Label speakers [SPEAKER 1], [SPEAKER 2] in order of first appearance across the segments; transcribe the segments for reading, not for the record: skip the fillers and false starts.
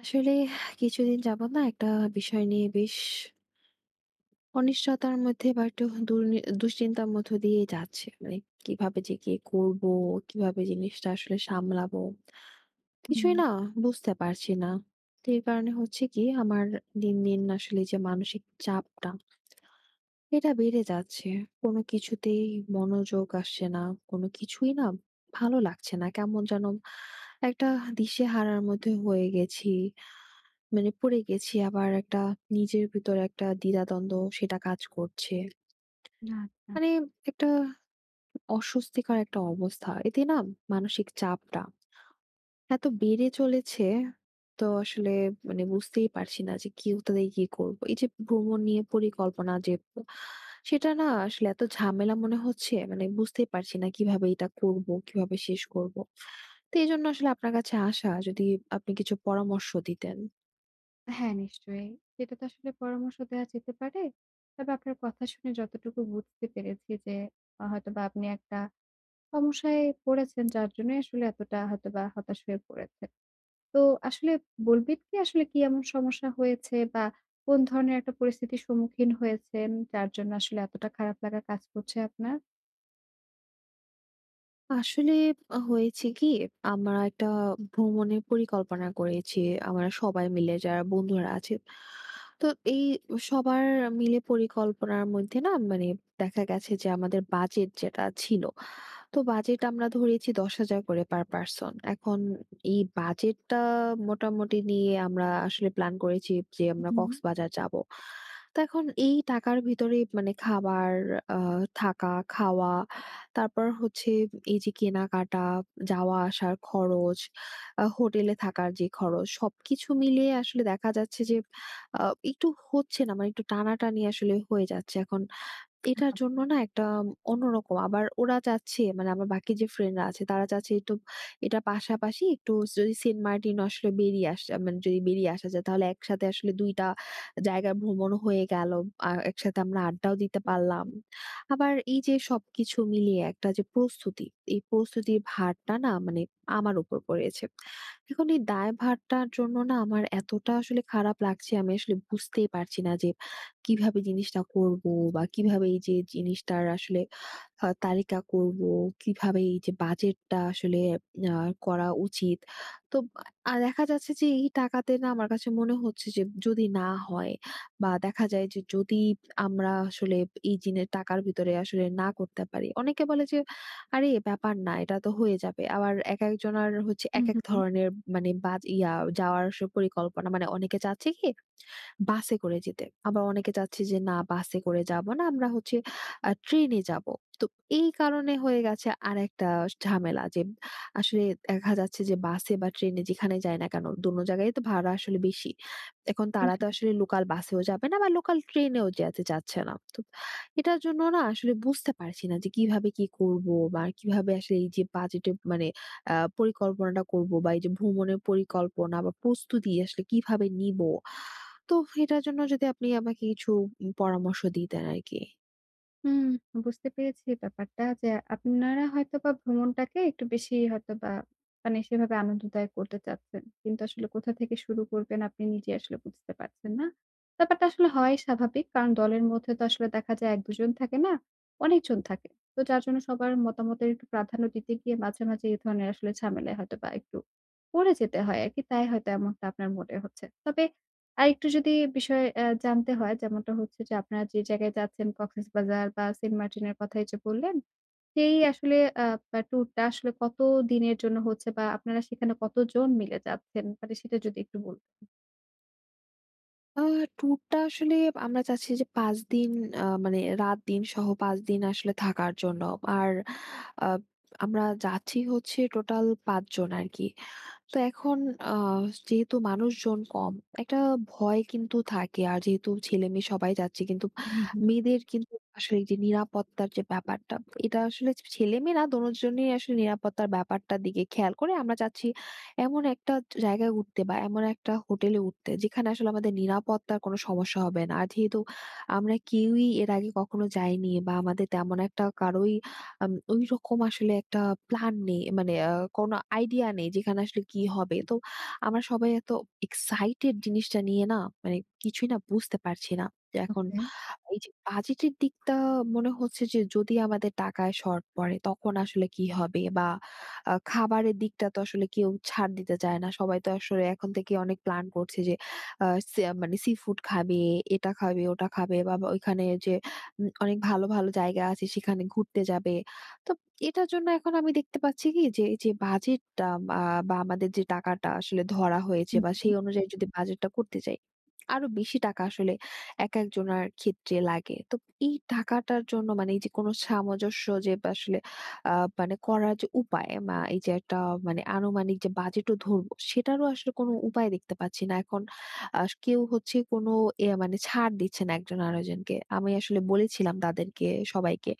[SPEAKER 1] আসলে কিছুদিন যাবত না একটা বিষয় নিয়ে বেশ অনিশ্চয়তার মধ্যে বা একটু দুশ্চিন্তার মধ্য দিয়ে যাচ্ছে। মানে কিভাবে যে কি করব, কিভাবে জিনিসটা আসলে সামলাবো,
[SPEAKER 2] হুম,
[SPEAKER 1] কিছুই না বুঝতে পারছি না। তো এই কারণে হচ্ছে কি, আমার দিন দিন আসলে যে মানসিক চাপটা, এটা বেড়ে যাচ্ছে। কোনো কিছুতেই মনোযোগ আসছে না, কোনো কিছুই না, ভালো লাগছে না। কেমন যেন একটা দিশেহারার মধ্যে হয়ে গেছি, মানে পড়ে গেছি। আবার একটা নিজের ভিতরে একটা দ্বিধাদ্বন্দ্ব, সেটা কাজ করছে।
[SPEAKER 2] আচ্ছা।
[SPEAKER 1] মানে একটা অস্বস্তিকর একটা অবস্থা। এতে না মানসিক চাপটা এত বেড়ে চলেছে, তো আসলে মানে বুঝতেই পারছি না যে কি, কোথা থেকে কি করব। এই যে ভ্রমণ নিয়ে পরিকল্পনা যে, সেটা না আসলে এত ঝামেলা মনে হচ্ছে। মানে বুঝতেই পারছি না কিভাবে এটা করব, কিভাবে শেষ করব। তো এজন্য আসলে আপনার কাছে আসা, যদি আপনি কিছু পরামর্শ দিতেন।
[SPEAKER 2] হ্যাঁ, নিশ্চয়ই। সেটা তো আসলে পরামর্শ দেওয়া যেতে পারে। তবে আপনার কথা শুনে যতটুকু বুঝতে পেরেছি যে হয়তোবা আপনি একটা সমস্যায় পড়েছেন, যার জন্যই আসলে এতটা হয়তোবা হতাশ হয়ে পড়েছেন। তো আসলে বলবেন কি আসলে কি এমন সমস্যা হয়েছে বা কোন ধরনের একটা পরিস্থিতির সম্মুখীন হয়েছেন, যার জন্য আসলে এতটা খারাপ লাগা কাজ করছে আপনার?
[SPEAKER 1] আসলে হয়েছে কি, আমরা একটা ভ্রমণের পরিকল্পনা করেছি, আমরা সবাই মিলে, যারা বন্ধুরা আছে। তো এই সবার মিলে পরিকল্পনার মধ্যে না, মানে দেখা গেছে যে আমাদের বাজেট যেটা ছিল, তো বাজেট আমরা ধরেছি ১০,০০০ করে পার পার্সন। এখন এই বাজেটটা মোটামুটি নিয়ে আমরা আসলে প্ল্যান করেছি যে আমরা
[SPEAKER 2] হুম,
[SPEAKER 1] কক্সবাজার যাব। তো এখন এই টাকার ভিতরেই মানে খাবার, আ থাকা, খাওয়া, তারপর হচ্ছে এই যে কেনাকাটা, যাওয়া-আসার খরচ, হোটেলে থাকার যে খরচ, সবকিছু মিলিয়ে আসলে দেখা যাচ্ছে যে আ একটু হচ্ছে না। মানে একটু টানাটানি আসলে হয়ে যাচ্ছে। এখন এটার
[SPEAKER 2] আচ্ছা।
[SPEAKER 1] জন্য না একটা অন্যরকম, আবার ওরা চাচ্ছে, মানে আমার বাকি যে ফ্রেন্ডরা আছে, তারা চাচ্ছে একটু এটা পাশাপাশি একটু, যদি সেন্ট মার্টিন আসলে বেরিয়ে আসা, মানে যদি বেরিয়ে আসা যায়, তাহলে একসাথে আসলে ২ টা জায়গার ভ্রমণ হয়ে গেল। আর একসাথে আমরা আড্ডাও দিতে পারলাম। আবার এই যে সবকিছু মিলিয়ে একটা যে প্রস্তুতি, এই প্রস্তুতির ভারটা না মানে আমার উপর পড়েছে। এখন এই দায়ভারটার জন্য না আমার এতটা আসলে খারাপ লাগছে, আমি আসলে বুঝতেই পারছি না যে কিভাবে জিনিসটা করব, বা
[SPEAKER 2] হুম,
[SPEAKER 1] কিভাবে এই যে জিনিসটার আসলে তালিকা করব, কিভাবে এই যে বাজেটটা আসলে আ করা উচিত। তো দেখা যাচ্ছে যে এই টাকাতে না আমার কাছে মনে হচ্ছে যে যদি না হয়, বা দেখা যায় যে যদি আমরা আসলে এই জিনের টাকার ভিতরে আসলে না করতে পারি। অনেকে বলে যে, "আরে ব্যাপার না, এটা তো হয়ে যাবে।" আবার একেকজনার হচ্ছে
[SPEAKER 2] হুম,
[SPEAKER 1] একেক
[SPEAKER 2] হুম,
[SPEAKER 1] ধরনের, মানে বাজ ইয়া যাওয়ার পরিকল্পনা। মানে অনেকে চাচ্ছে কি বাসে করে যেতে। আবার অনেকে চাচ্ছে যে না, বাসে করে যাব না, আমরা হচ্ছে ট্রেনে যাব। তো এই কারণে হয়ে গেছে আরেকটা ঝামেলা, যে আসলে দেখা যাচ্ছে যে বাসে বা ট্রেনে যেখানে যাই না কেন, দোনো জায়গায় তো ভাড়া আসলে বেশি। এখন তারা তো আসলে লোকাল বাসেও যাবে না বা লোকাল ট্রেনেও যেতে চাচ্ছে না। তো এটার জন্য না আসলে বুঝতে পারছি না যে কিভাবে কি করব, বা কিভাবে আসলে এই যে বাজেটে, মানে পরিকল্পনাটা করব, বা এই যে ভ্রমণের পরিকল্পনা বা প্রস্তুতি আসলে কিভাবে নিব? তো এটার জন্য যদি আপনি আমাকে কিছু পরামর্শ দিতেন আরকি।
[SPEAKER 2] হুম, বুঝতে পেরেছি ব্যাপারটা যে আপনারা হয়তোবা ভ্রমণটাকে একটু বেশি হয়তোবা মানে সেভাবে আনন্দদায়ক করতে চাচ্ছেন। কিন্তু আসলে কোথা থেকে শুরু করবেন আপনি নিজে আসলে বুঝতে পারছেন না। ব্যাপারটা আসলে হয় স্বাভাবিক। কারণ দলের মধ্যে তো আসলে দেখা যায় ১-২ জন থাকে না, অনেকজন থাকে। তো যার জন্য সবার মতামতের একটু প্রাধান্য দিতে গিয়ে মাঝে, মাঝে এই ধরনের আসলে ঝামেলায় হয়তোবা একটু পড়ে যেতে হয় আরকি। তাই হয়তো এমনটা আপনার মনে হচ্ছে। তবে আরেকটু যদি বিষয় জানতে হয়, যেমনটা হচ্ছে যে আপনারা যে জায়গায় যাচ্ছেন, কক্সবাজার বা সেন্ট মার্টিনের কথাই যে বললেন, সেই আসলে আ বা ট্যুরটা আসলে কত দিনের জন্য হচ্ছে বা আপনারা সেখানে কতজন মিলে যাচ্ছেন? মানে সেটা যদি একটু বল
[SPEAKER 1] আ ট্যুরটা আসলে আমরা চাচ্ছি যে ৫ দিন, মানে রাত দিন সহ ৫ দিন আসলে থাকার জন্য। আর আ আমরা যাচ্ছি হচ্ছে টোটাল ৫ জন আরকি। তো এখন আ যেহেতু মানুষজন কম, একটা ভয় কিন্তু থাকে। আর যেহেতু ছেলেমেয়ে সবাই যাচ্ছি কিন্তু,
[SPEAKER 2] হুম, হুম।
[SPEAKER 1] মেয়েদের কিন্তু আসলে এই যে নিরাপত্তার যে ব্যাপারটা, এটা আসলে ছেলেমেয়ে না দোনোজনই আসলে নিরাপত্তার ব্যাপারটার দিকে খেয়াল করে আমরা চাচ্ছি এমন একটা জায়গায় উঠতে, বা এমন একটা হোটেলে উঠতে যেখানে আসলে আমাদের নিরাপত্তার কোনো সমস্যা হবে না। আর যেহেতু আমরা কেউই এর আগে কখনো যাইনি, বা আমাদের তেমন একটা কারোই ঐরকম আসলে একটা প্ল্যান নেই। মানে কোনো আইডিয়া নেই যেখানে আসলে কি হবে। তো আমরা সবাই এত এক্সাইটেড জিনিসটা নিয়ে না, মানে কিছুই না, বুঝতে পারছি না। যে এখন
[SPEAKER 2] ওকে।
[SPEAKER 1] এই যে বাজেটের দিকটা, মনে হচ্ছে যে যদি আমাদের টাকায় শর্ট পড়ে, তখন আসলে কি হবে, বা খাবারের দিকটা তো আসলে কেউ ছাড় দিতে চায় না। সবাই তো আসলে এখন থেকে অনেক প্ল্যান করছে যে আ সে মানে সি-ফুড খাবে, এটা খাবে, ওটা খাবে বা বা ওইখানে যে অনেক ভালো, ভালো জায়গা আছে সেখানে ঘুরতে যাবে। তো এটার জন্য এখন আমি দেখতে পাচ্ছি কি যে এই যে বাজেটটা, আ বা আমাদের যে টাকাটা আসলে ধরা হয়েছে,
[SPEAKER 2] হুম,
[SPEAKER 1] বা সেই
[SPEAKER 2] হুম।
[SPEAKER 1] অনুযায়ী যদি বাজেটটা করতে যাই, আরো বেশি টাকা আসলে একেকজনার ক্ষেত্রে লাগে। তো এই টাকাটার জন্য মানে এই যে কোনো সামঞ্জস্য যে, বা আসলে আ মানে করার যে উপায়, বা এই যে একটা মানে আনুমানিক যে বাজেটও ধরবো, সেটারও আসলে কোনো উপায় দেখতে পাচ্ছি না। এখন কেউ হচ্ছে কোনো মানে ছাড় দিচ্ছে না একজন আরেকজনকে। আমি আসলে বলেছিলাম তাদেরকে, সবাইকে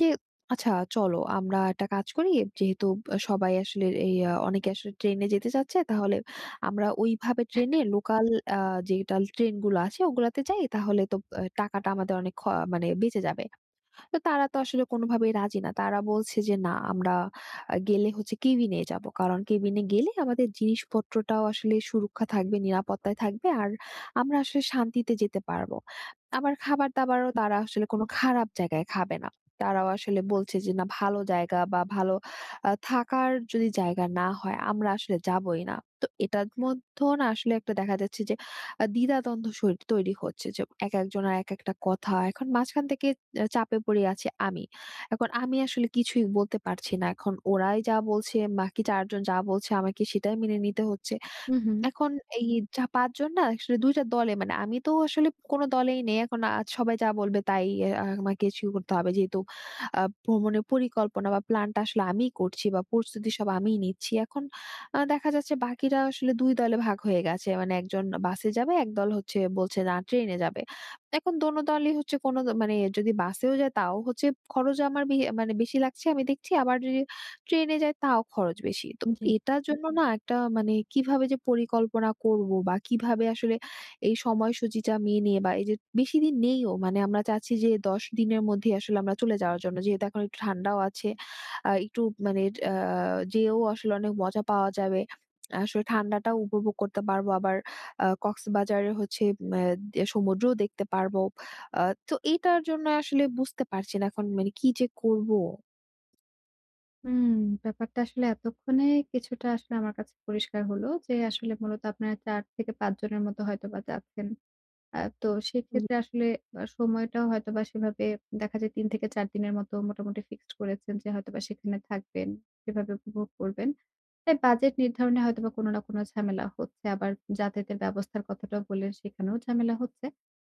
[SPEAKER 1] যে, "আচ্ছা, চলো আমরা একটা কাজ করি। যেহেতু সবাই আসলে এই অনেকে আসলে ট্রেনে যেতে চাচ্ছে, তাহলে আমরা ওইভাবে ট্রেনে লোকাল আ যেটা ট্রেনগুলো আছে ওগুলাতে যাই। তাহলে তো টাকাটা আমাদের অনেক মানে বেঁচে যাবে।" তো তারা তো আসলে কোনোভাবেই রাজি না। তারা বলছে যে, "না, আমরা গেলে হচ্ছে কেবিনে যাব। কারণ কেবিনে গেলে আমাদের জিনিসপত্রটাও আসলে সুরক্ষা থাকবে, নিরাপত্তায় থাকবে। আর আমরা আসলে শান্তিতে যেতে পারবো।" আবার খাবার-দাবারও তারা আসলে কোনো খারাপ জায়গায় খাবে না। তারাও আসলে বলছে যে, "না, ভালো জায়গা বা ভালো থাকার যদি জায়গা না হয়, আমরা আসলে যাবোই না।" তো এটার মধ্যেও না আসলে একটা দেখা যাচ্ছে যে, দ্বিধাদ্বন্দ্ব তৈরি হচ্ছে যে, একেকজন আর একেকটা কথা। এখন মাঝখান থেকে চাপে পড়ে আছি আমি। এখন আমি আসলে কিছুই বলতে পারছি না। এখন ওরাই যা বলছে, বাকি ৪ জন যা বলছে, আমাকে সেটাই মেনে নিতে হচ্ছে।
[SPEAKER 2] হুম, হুম।
[SPEAKER 1] এখন এই যা ৫ জন না, আসলে ২ টা দলে, মানে আমি তো আসলে কোন দলেই নেই। এখন সবাই যা বলবে তাই আমাকে ইস্যু করতে হবে। যেহেতু ভ্রমণের পরিকল্পনা বা প্ল্যানটা আসলে আমিই করছি, বা প্রস্তুতি সব আমিই নিচ্ছি। এখন দেখা যাচ্ছে বাকিরা আসলে ২ দলে ভাগ হয়ে গেছে। মানে একজন বাসে যাবে, একদল হচ্ছে বলছে না ট্রেনে যাবে। এখন দোনো দলই হচ্ছে কোন, মানে যদি বাসেও যায় তাও হচ্ছে খরচ আমার মানে বেশি লাগছে আমি দেখছি। আবার যদি ট্রেনে যাই তাও খরচ বেশি। তো
[SPEAKER 2] জি।
[SPEAKER 1] এটার জন্য না একটা মানে কিভাবে যে পরিকল্পনা করব, বা কিভাবে আসলে এই সময়সূচিটা মেনে, বা এই যে বেশি দিন নেইও, মানে আমরা চাচ্ছি যে ১০ দিনের মধ্যে আসলে আমরা চলে যাওয়ার জন্য। যেহেতু এখন একটু ঠান্ডাও আছে। একটু মানে আ যেয়েও আসলে অনেক মজা পাওয়া যাবে। আসলে ঠান্ডাটাও উপভোগ করতে পারবো। আবার কক্সবাজারে হচ্ছে ম্যা সমুদ্রও দেখতে পারবো। আ তো এটার জন্য আসলে বুঝতে পারছি না এখন মানে কি যে করব?
[SPEAKER 2] হুম, ব্যাপারটা আসলে এতক্ষণে কিছুটা আসলে আমার কাছে পরিষ্কার হলো যে আসলে মূলত আপনারা ৪ থেকে ৫ জনের মতো হয়তোবা যাচ্ছেন। তো
[SPEAKER 1] হুম।
[SPEAKER 2] সেক্ষেত্রে আসলে সময়টাও হয়তোবা সেভাবে দেখা যায় ৩ থেকে ৪ দিনের মতো মোটামুটি ফিক্সড করেছেন যে হয়তোবা সেখানে থাকবেন, সেভাবে উপভোগ করবেন। তাই বাজেট নির্ধারণে হয়তোবা কোনো না কোনো ঝামেলা হচ্ছে। আবার যাতায়াতের ব্যবস্থার কথাটাও বললেন, সেখানেও ঝামেলা হচ্ছে।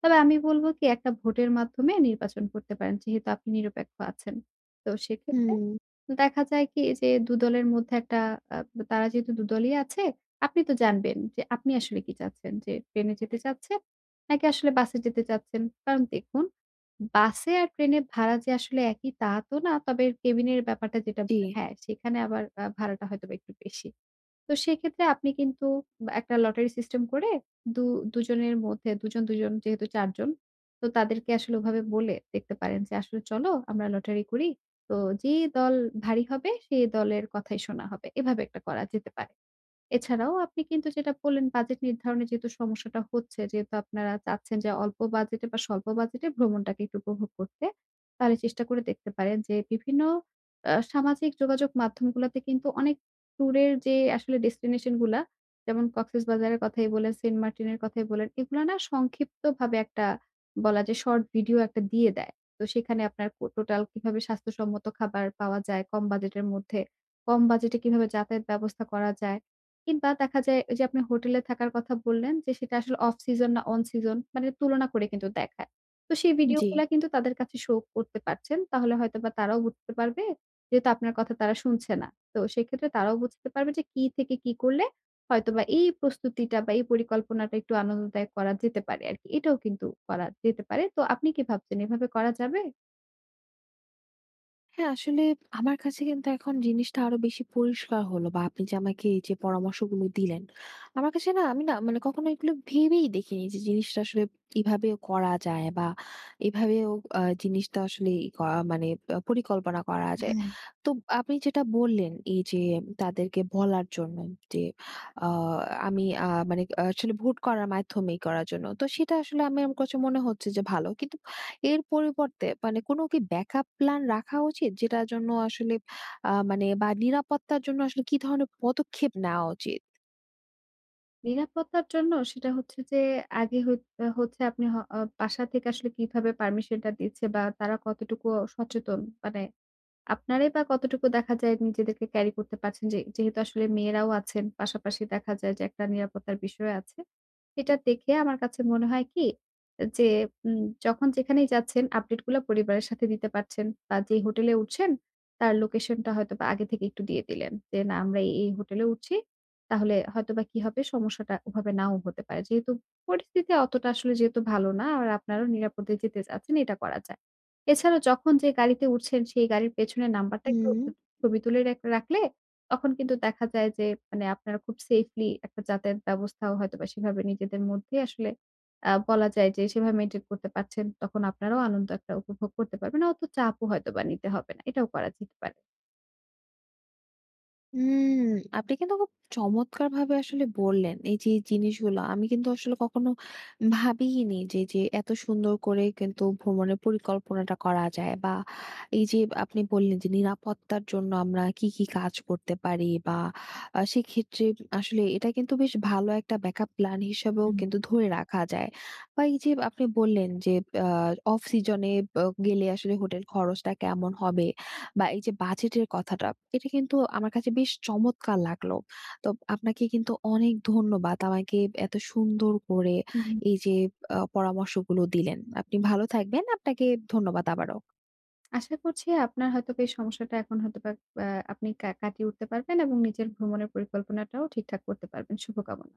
[SPEAKER 2] তবে আমি বলব, কি একটা ভোটের মাধ্যমে নির্বাচন করতে পারেন। যেহেতু আপনি নিরপেক্ষ আছেন। তো সেক্ষেত্রে
[SPEAKER 1] হুম,
[SPEAKER 2] দেখা যায় কি যে ২ দলের মধ্যে একটা আ তারা যেহেতু ২ দলই আছে, আপনি তো জানবেন যে আপনি আসলে কি চাচ্ছেন? যে ট্রেনে যেতে চাচ্ছেন? নাকি আসলে বাসে যেতে চাচ্ছেন? কারণ দেখুন, বাসে আর ট্রেনে ভাড়া যে আসলে একই, তা তো না। তবে কেবিনের ব্যাপারটা যেটা
[SPEAKER 1] জি।
[SPEAKER 2] বললেন, হ্যাঁ, সেখানে আবার ভাড়াটা হয়তোবা একটু বেশি। তো সেক্ষেত্রে আপনি কিন্তু বা একটা লটারি সিস্টেম করে দু দুজনের মধ্যে দুজন, দুজন, যেহেতু ৪ জন। তো তাদেরকে আসলে ওভাবে বলে দেখতে পারেন যে, "আসলে চলো আমরা লটারি করি। তো যে দল ভারী হবে, সেই দলের কথাই শোনা হবে।" এভাবে একটা করা যেতে পারে। এছাড়াও আপনি কিন্তু যেটা বললেন, বাজেট নির্ধারণে যেহেতু সমস্যাটা হচ্ছে, যেহেতু আপনারা চাচ্ছেন যে অল্প বাজেটে বা স্বল্প বাজেটে ভ্রমণটাকে একটু উপভোগ করতে, তাহলে চেষ্টা করে দেখতে পারেন যে বিভিন্ন সামাজিক যোগাযোগ মাধ্যমগুলাতে কিন্তু অনেক ট্যুরের যে আসলে ডেস্টিনেশন গুলা, যেমন কক্সেসবাজারের কথাই বলেন, সেন্ট মার্টিনের কথাই বলেন, এগুলা না সংক্ষিপ্তভাবে একটা বলা যায় শর্ট ভিডিও একটা দিয়ে দেয়। তো সেখানে আপনার টোটাল কিভাবে স্বাস্থ্যসম্মত খাবার পাওয়া যায় কম বাজেটের মধ্যে, কম বাজেটে কিভাবে যাতায়াত ব্যবস্থা করা যায়। কিংবা দেখা যায় ওই যে আপনি হোটেলে থাকার কথা বললেন যে, সেটা আসলে অফ সিজন না অন সিজন, মানে তুলনা করে কিন্তু দেখায়। তো সেই
[SPEAKER 1] জি।
[SPEAKER 2] ভিডিওগুলা কিন্তু তাদের কাছে শো করতে পারছেন। তাহলে হয়তোবা তারাও বুঝতে পারবে, যেহেতু আপনার কথা তারা শুনছে না। তো সেক্ষেত্রে তারাও বুঝতে পারবে যে কি থেকে কি করলে হয়তোবা এই প্রস্তুতিটা বা এই পরিকল্পনাটা একটু আনন্দদায়ক করা যেতে পারে আরকি। এটাও কিন্তু করা যেতে পারে। তো আপনি কি ভাবছেন এভাবে করা যাবে?
[SPEAKER 1] হ্যাঁ, আসলে আমার কাছে কিন্তু এখন জিনিসটা আরো বেশি পরিষ্কার হলো, বা আপনি যে আমাকে এই যে পরামর্শগুলো দিলেন। আমার কাছে না, আমি না মানে কখনো এগুলো ভেবেই দেখিনি যে জিনিসটা আসলে এভাবেও করা যায়, বা এভাবেও জিনিসটা আসলে করা মানে পরিকল্পনা করা যায়।
[SPEAKER 2] হ্যাঁ।
[SPEAKER 1] তো আপনি যেটা বললেন এই যে তাদেরকে বলার জন্য যে, আ আমি মানে আসলে ভোট করার মাধ্যমেই করার জন্য। তো সেটা আসলে, আমি আমার কাছে মনে হচ্ছে যে ভালো। কিন্তু এর পরিবর্তে, মানে কোনো কি ব্যাকআপ প্ল্যান রাখা উচিত? যেটার জন্য আসলে মানে বা নিরাপত্তার জন্য আসলে কি ধরনের পদক্ষেপ নেওয়া উচিত?
[SPEAKER 2] নিরাপত্তার জন্য সেটা হচ্ছে যে আগে হচ্ছে আপনি হ আ বাসা থেকে আসলে কিভাবে পারমিশনটা দিচ্ছে বা তারা কতটুকু সচেতন, মানে আপনারাই বা কতটুকু দেখা যায় নিজেদেরকে ক্যারি করতে পারছেন? যে যেহেতু আসলে মেয়েরাও আছেন, পাশাপাশি দেখা যায় যে একটা নিরাপত্তার বিষয় আছে। এটা দেখে আমার কাছে মনে হয় কি যে যখন যেখানেই যাচ্ছেন, আপডেট গুলা পরিবারের সাথে দিতে পারছেন বা যে হোটেলে উঠছেন তার লোকেশনটা হয়তোবা আগে থেকে একটু দিয়ে দিলেন। যে না, আমরা এই, এই হোটেলে উঠছি। তাহলে হয়তোবা কি হবে, সমস্যাটা ওভাবে নাও হতে পারে। যেহেতু পরিস্থিতি অতটা আসলে যেহেতু ভালো না আর আপনারাও নিরাপদে যেতে চাচ্ছেন, এটা করা যায়। এছাড়া যখন যে গাড়িতে উঠছেন, সেই গাড়ির পেছনের নাম্বারটা একটু
[SPEAKER 1] হুম।
[SPEAKER 2] ছবি তুলে রাখলে তখন কিন্তু দেখা যায় যে মানে আপনারা খুব সেফলি একটা যাতায়াত ব্যবস্থাও হয়তোবা সেভাবে নিজেদের মধ্যে আসলে বলা যায় যে সেভাবে মেইনটেইন করতে পারছেন। তখন আপনারাও আনন্দ একটা উপভোগ করতে পারবেন। অত চাপও হয়তোবা নিতে হবে না। এটাও করা যেতে পারে।
[SPEAKER 1] হুম, আপনি কিন্তু খুব চমৎকারভাবে আসলে বললেন। এই যে জিনিসগুলো আমি কিন্তু আসলে কখনো ভাবিইনি যে এত সুন্দর করে কিন্তু ভ্রমণের পরিকল্পনাটা করা যায়, বা এই যে আপনি বললেন যে নিরাপত্তার জন্য আমরা কি, কি কাজ করতে পারি, বা সেক্ষেত্রে আসলে এটা কিন্তু বেশ ভালো একটা ব্যাকআপ প্ল্যান হিসেবেও
[SPEAKER 2] হুম।
[SPEAKER 1] কিন্তু ধরে রাখা যায়। বা এই যে আপনি বললেন যে আ অফ সিজনে গেলে আসলে হোটেল খরচটা কেমন হবে? বা এই যে বাজেটের কথাটা, এটা কিন্তু আমার কাছে বেশ চমৎকার লাগলো। তো আপনাকে কিন্তু অনেক ধন্যবাদ। আমাকে এত সুন্দর করে
[SPEAKER 2] হুম।
[SPEAKER 1] এই যে পরামর্শগুলো দিলেন। আপনি ভালো থাকবেন। আপনাকে ধন্যবাদ আবারও।
[SPEAKER 2] আশা করছি আপনার হয়তোবা এই সমস্যাটা এখন হয়তোবা আ আপনি কাটিয়ে উঠতে পারবেন এবং নিজের ভ্রমণের পরিকল্পনাটাও ঠিকঠাক করতে পারবেন। শুভকামনা।